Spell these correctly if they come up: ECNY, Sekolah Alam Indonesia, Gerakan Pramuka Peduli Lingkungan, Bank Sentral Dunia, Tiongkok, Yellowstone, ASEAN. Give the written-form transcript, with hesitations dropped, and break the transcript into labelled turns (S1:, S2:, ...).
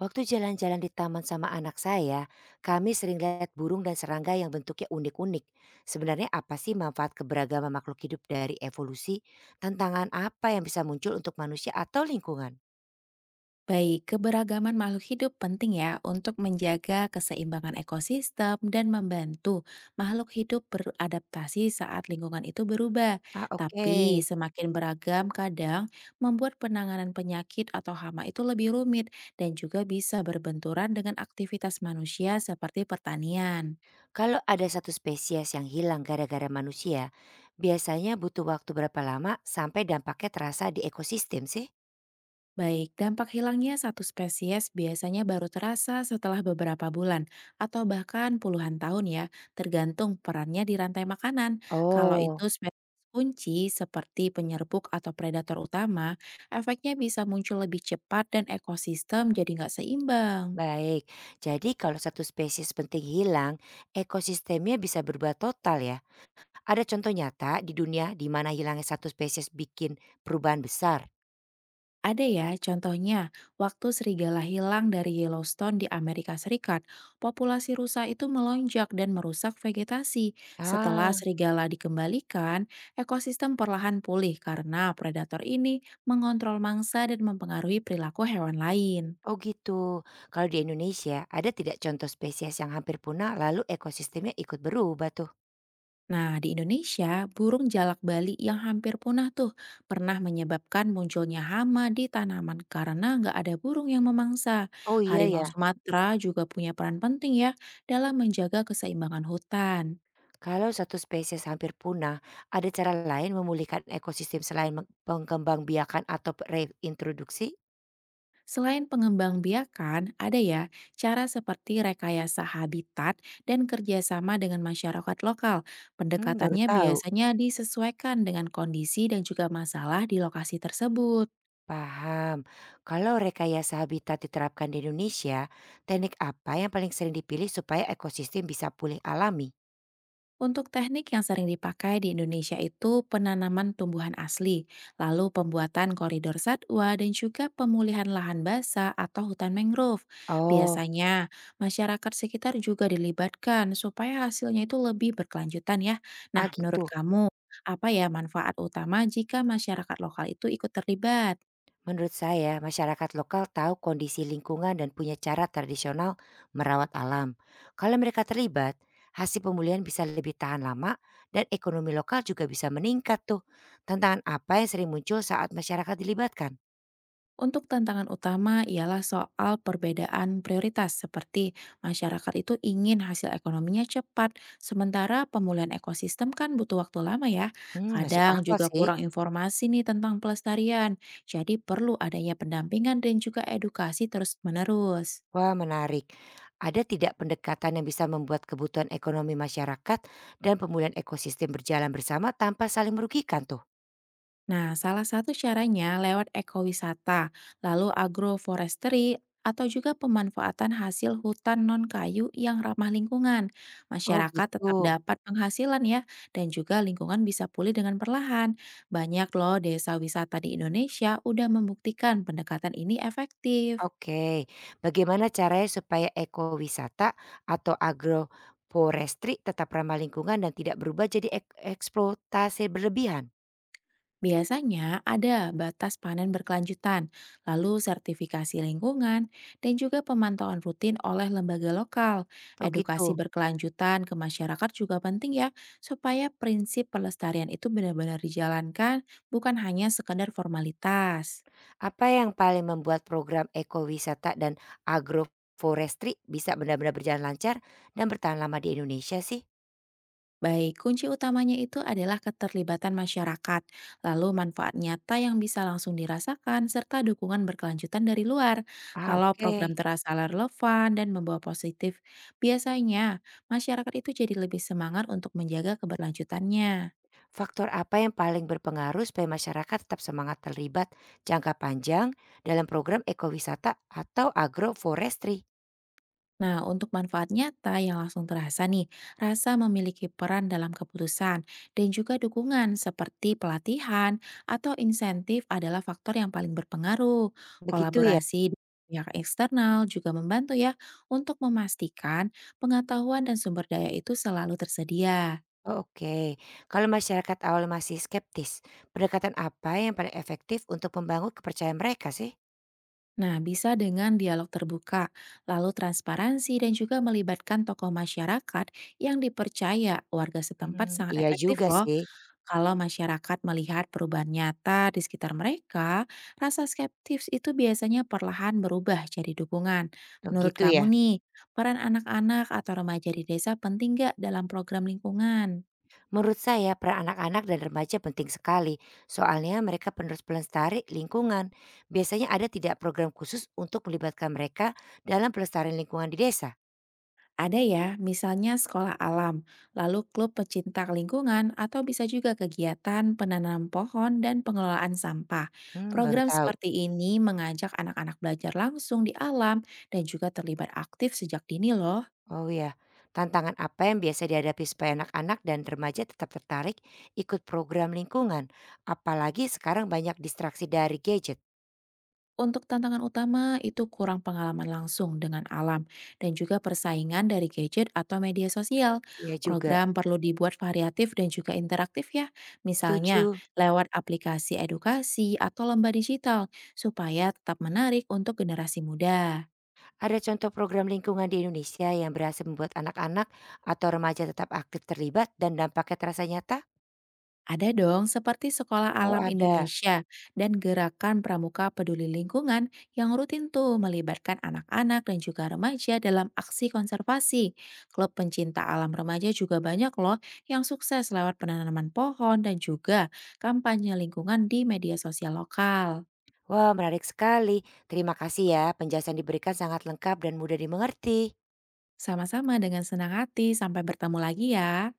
S1: Waktu jalan-jalan di taman sama anak saya, kami sering lihat burung dan serangga yang bentuknya unik-unik. Sebenarnya apa sih manfaat keberagaman makhluk hidup dari evolusi? Tantangan apa yang bisa muncul untuk manusia atau lingkungan?
S2: Baik, keberagaman makhluk hidup penting ya untuk menjaga keseimbangan ekosistem dan membantu makhluk hidup beradaptasi saat lingkungan itu berubah.
S1: Ah, oke,
S2: Tapi semakin beragam kadang membuat penanganan penyakit atau hama itu lebih rumit dan juga bisa berbenturan dengan aktivitas manusia seperti pertanian.
S1: kalau ada satu spesies yang hilang gara-gara manusia, biasanya butuh waktu berapa lama sampai dampaknya terasa di ekosistem sih?
S2: Baik, dampak hilangnya satu spesies biasanya baru terasa setelah beberapa bulan atau bahkan puluhan tahun ya, tergantung perannya di rantai makanan. Kalau itu
S1: Oh,
S2: spesies kunci seperti penyerbuk atau predator utama, efeknya bisa muncul lebih cepat dan ekosistem jadi nggak seimbang.
S1: baik. Jadi kalau satu spesies penting hilang, ekosistemnya bisa berubah total ya? Ada contoh nyata di dunia di mana hilangnya satu spesies bikin perubahan besar?
S2: Ada ya, contohnya waktu serigala hilang dari Yellowstone di Amerika Serikat, populasi rusa itu melonjak dan merusak vegetasi. Setelah
S1: Ah,
S2: serigala dikembalikan, ekosistem perlahan pulih karena predator ini mengontrol mangsa dan mempengaruhi perilaku hewan lain.
S1: oh gitu. Kalau di Indonesia, ada tidak contoh spesies yang hampir punah lalu ekosistemnya ikut berubah tuh?
S2: Nah, di Indonesia, burung jalak Bali yang hampir punah tuh pernah menyebabkan munculnya hama di tanaman karena nggak ada burung yang memangsa.
S1: Oh iya
S2: Harimau
S1: ya.
S2: Sumatera juga punya peran penting ya dalam menjaga keseimbangan hutan.
S1: Kalau satu spesies hampir punah, ada cara lain memulihkan ekosistem selain pengembangbiakan atau reintroduksi?
S2: Selain pengembang biakan, ada ya cara seperti rekayasa habitat dan kerjasama dengan masyarakat lokal.
S1: Hmm, baru
S2: Pendekatannya
S1: tahu.
S2: biasanya disesuaikan dengan kondisi dan juga masalah di lokasi tersebut.
S1: Paham. Kalau rekayasa habitat diterapkan di Indonesia, teknik apa yang paling sering dipilih supaya ekosistem bisa pulih alami?
S2: Untuk teknik yang sering dipakai di Indonesia itu penanaman tumbuhan asli, lalu pembuatan koridor satwa dan juga pemulihan lahan basah atau hutan mangrove.
S1: Oh,
S2: Biasanya masyarakat sekitar juga dilibatkan supaya hasilnya itu lebih berkelanjutan ya.
S1: ah
S2: Nah, menurut
S1: gitu.
S2: kamu apa ya manfaat utama jika masyarakat lokal itu ikut terlibat?
S1: Menurut saya, masyarakat lokal tahu kondisi lingkungan dan punya cara tradisional merawat alam. Kalau mereka terlibat, hasil pemulihan bisa lebih tahan lama dan ekonomi lokal juga bisa meningkat tuh. Tantangan apa yang sering muncul saat masyarakat dilibatkan?
S2: Untuk tantangan utama ialah soal perbedaan prioritas, seperti masyarakat itu ingin hasil ekonominya cepat, sementara pemulihan ekosistem kan butuh waktu lama ya.
S1: Hmm, masuk
S2: Kadang
S1: akal
S2: juga
S1: sih.
S2: kurang informasi nih tentang pelestarian, jadi perlu adanya pendampingan dan juga edukasi terus-menerus.
S1: Wah, menarik. Ada tidak pendekatan yang bisa membuat kebutuhan ekonomi masyarakat dan pemulihan ekosistem berjalan bersama tanpa saling merugikan tuh?
S2: Nah, salah satu caranya lewat ekowisata, lalu agroforestry, atau juga pemanfaatan hasil hutan non-kayu yang ramah lingkungan.
S1: Oh,
S2: Masyarakat tetap
S1: gitu.
S2: dapat penghasilan ya, dan juga lingkungan bisa pulih dengan perlahan. Banyak loh desa wisata di Indonesia udah membuktikan pendekatan ini efektif.
S1: Oke, bagaimana caranya supaya ekowisata atau agroforestry tetap ramah lingkungan dan tidak berubah jadi eksploitasi berlebihan?
S2: Biasanya ada batas panen berkelanjutan, lalu sertifikasi lingkungan, dan juga pemantauan rutin oleh lembaga lokal.
S1: Oh gitu.
S2: Edukasi berkelanjutan ke masyarakat juga penting ya, supaya prinsip pelestarian itu benar-benar dijalankan, bukan hanya sekedar formalitas.
S1: Apa yang paling membuat program ekowisata dan agroforestry bisa benar-benar berjalan lancar dan bertahan lama di Indonesia sih?
S2: Baik, kunci utamanya itu adalah keterlibatan masyarakat, lalu manfaat nyata yang bisa langsung dirasakan, serta dukungan berkelanjutan dari luar.
S1: Ah,
S2: Kalau program
S1: oke.
S2: terasa relevan dan membawa positif, biasanya masyarakat itu jadi lebih semangat untuk menjaga keberlanjutannya.
S1: Faktor apa yang paling berpengaruh supaya masyarakat tetap semangat terlibat jangka panjang dalam program ekowisata atau agroforestry?
S2: Nah, untuk manfaat nyata yang langsung terasa nih, rasa memiliki peran dalam keputusan dan juga dukungan seperti pelatihan atau insentif adalah faktor yang paling berpengaruh.
S1: Begitu ya?
S2: Kolaborasi dengan pihak eksternal juga membantu ya untuk memastikan pengetahuan dan sumber daya itu selalu tersedia.
S1: Oke, kalau masyarakat awal masih skeptis, pendekatan apa yang paling efektif untuk membangun kepercayaan mereka sih?
S2: Nah, bisa dengan dialog terbuka, lalu transparansi dan juga melibatkan tokoh masyarakat yang dipercaya warga setempat
S1: Hmm,
S2: sangat
S1: iya
S2: efektif
S1: juga
S2: loh.
S1: sih.
S2: Kalau masyarakat melihat perubahan nyata di sekitar mereka, rasa skeptis itu biasanya perlahan berubah jadi dukungan.
S1: Oh
S2: Menurut
S1: gitu ya.
S2: kamu nih, peran anak-anak atau remaja di desa penting nggak dalam program lingkungan?
S1: Menurut saya peran anak-anak dan remaja penting sekali. Soalnya mereka penerus pelestari lingkungan. Biasanya ada tidak program khusus untuk melibatkan mereka dalam pelestarian lingkungan di desa?
S2: Ada ya, misalnya sekolah alam, lalu klub pecinta lingkungan, atau bisa juga kegiatan penanam pohon dan pengelolaan sampah.
S1: Hmm, baru
S2: Program
S1: tahu.
S2: seperti ini mengajak anak-anak belajar langsung di alam dan juga terlibat aktif sejak dini loh.
S1: Oh ya, tantangan apa yang biasa dihadapi supaya anak-anak dan remaja tetap tertarik ikut program lingkungan? Apalagi sekarang banyak distraksi dari gadget.
S2: Untuk tantangan utama itu kurang pengalaman langsung dengan alam dan juga persaingan dari gadget atau media sosial.
S1: Ya juga,
S2: Program perlu dibuat variatif dan juga interaktif ya. Misalnya
S1: setuju.
S2: lewat aplikasi edukasi atau lomba digital supaya tetap menarik untuk generasi muda.
S1: Ada contoh program lingkungan di Indonesia yang berhasil membuat anak-anak atau remaja tetap aktif terlibat dan dampaknya terasa nyata?
S2: Ada dong, seperti Sekolah
S1: Oh,
S2: Alam
S1: ada.
S2: Indonesia dan Gerakan Pramuka Peduli Lingkungan yang rutin tuh melibatkan anak-anak dan juga remaja dalam aksi konservasi. Klub pencinta alam remaja juga banyak loh yang sukses lewat penanaman pohon dan juga kampanye lingkungan di media sosial lokal.
S1: Wah, menarik sekali. Terima kasih ya, penjelasan diberikan sangat lengkap dan mudah dimengerti.
S2: Sama-sama dengan senang hati, sampai bertemu lagi ya.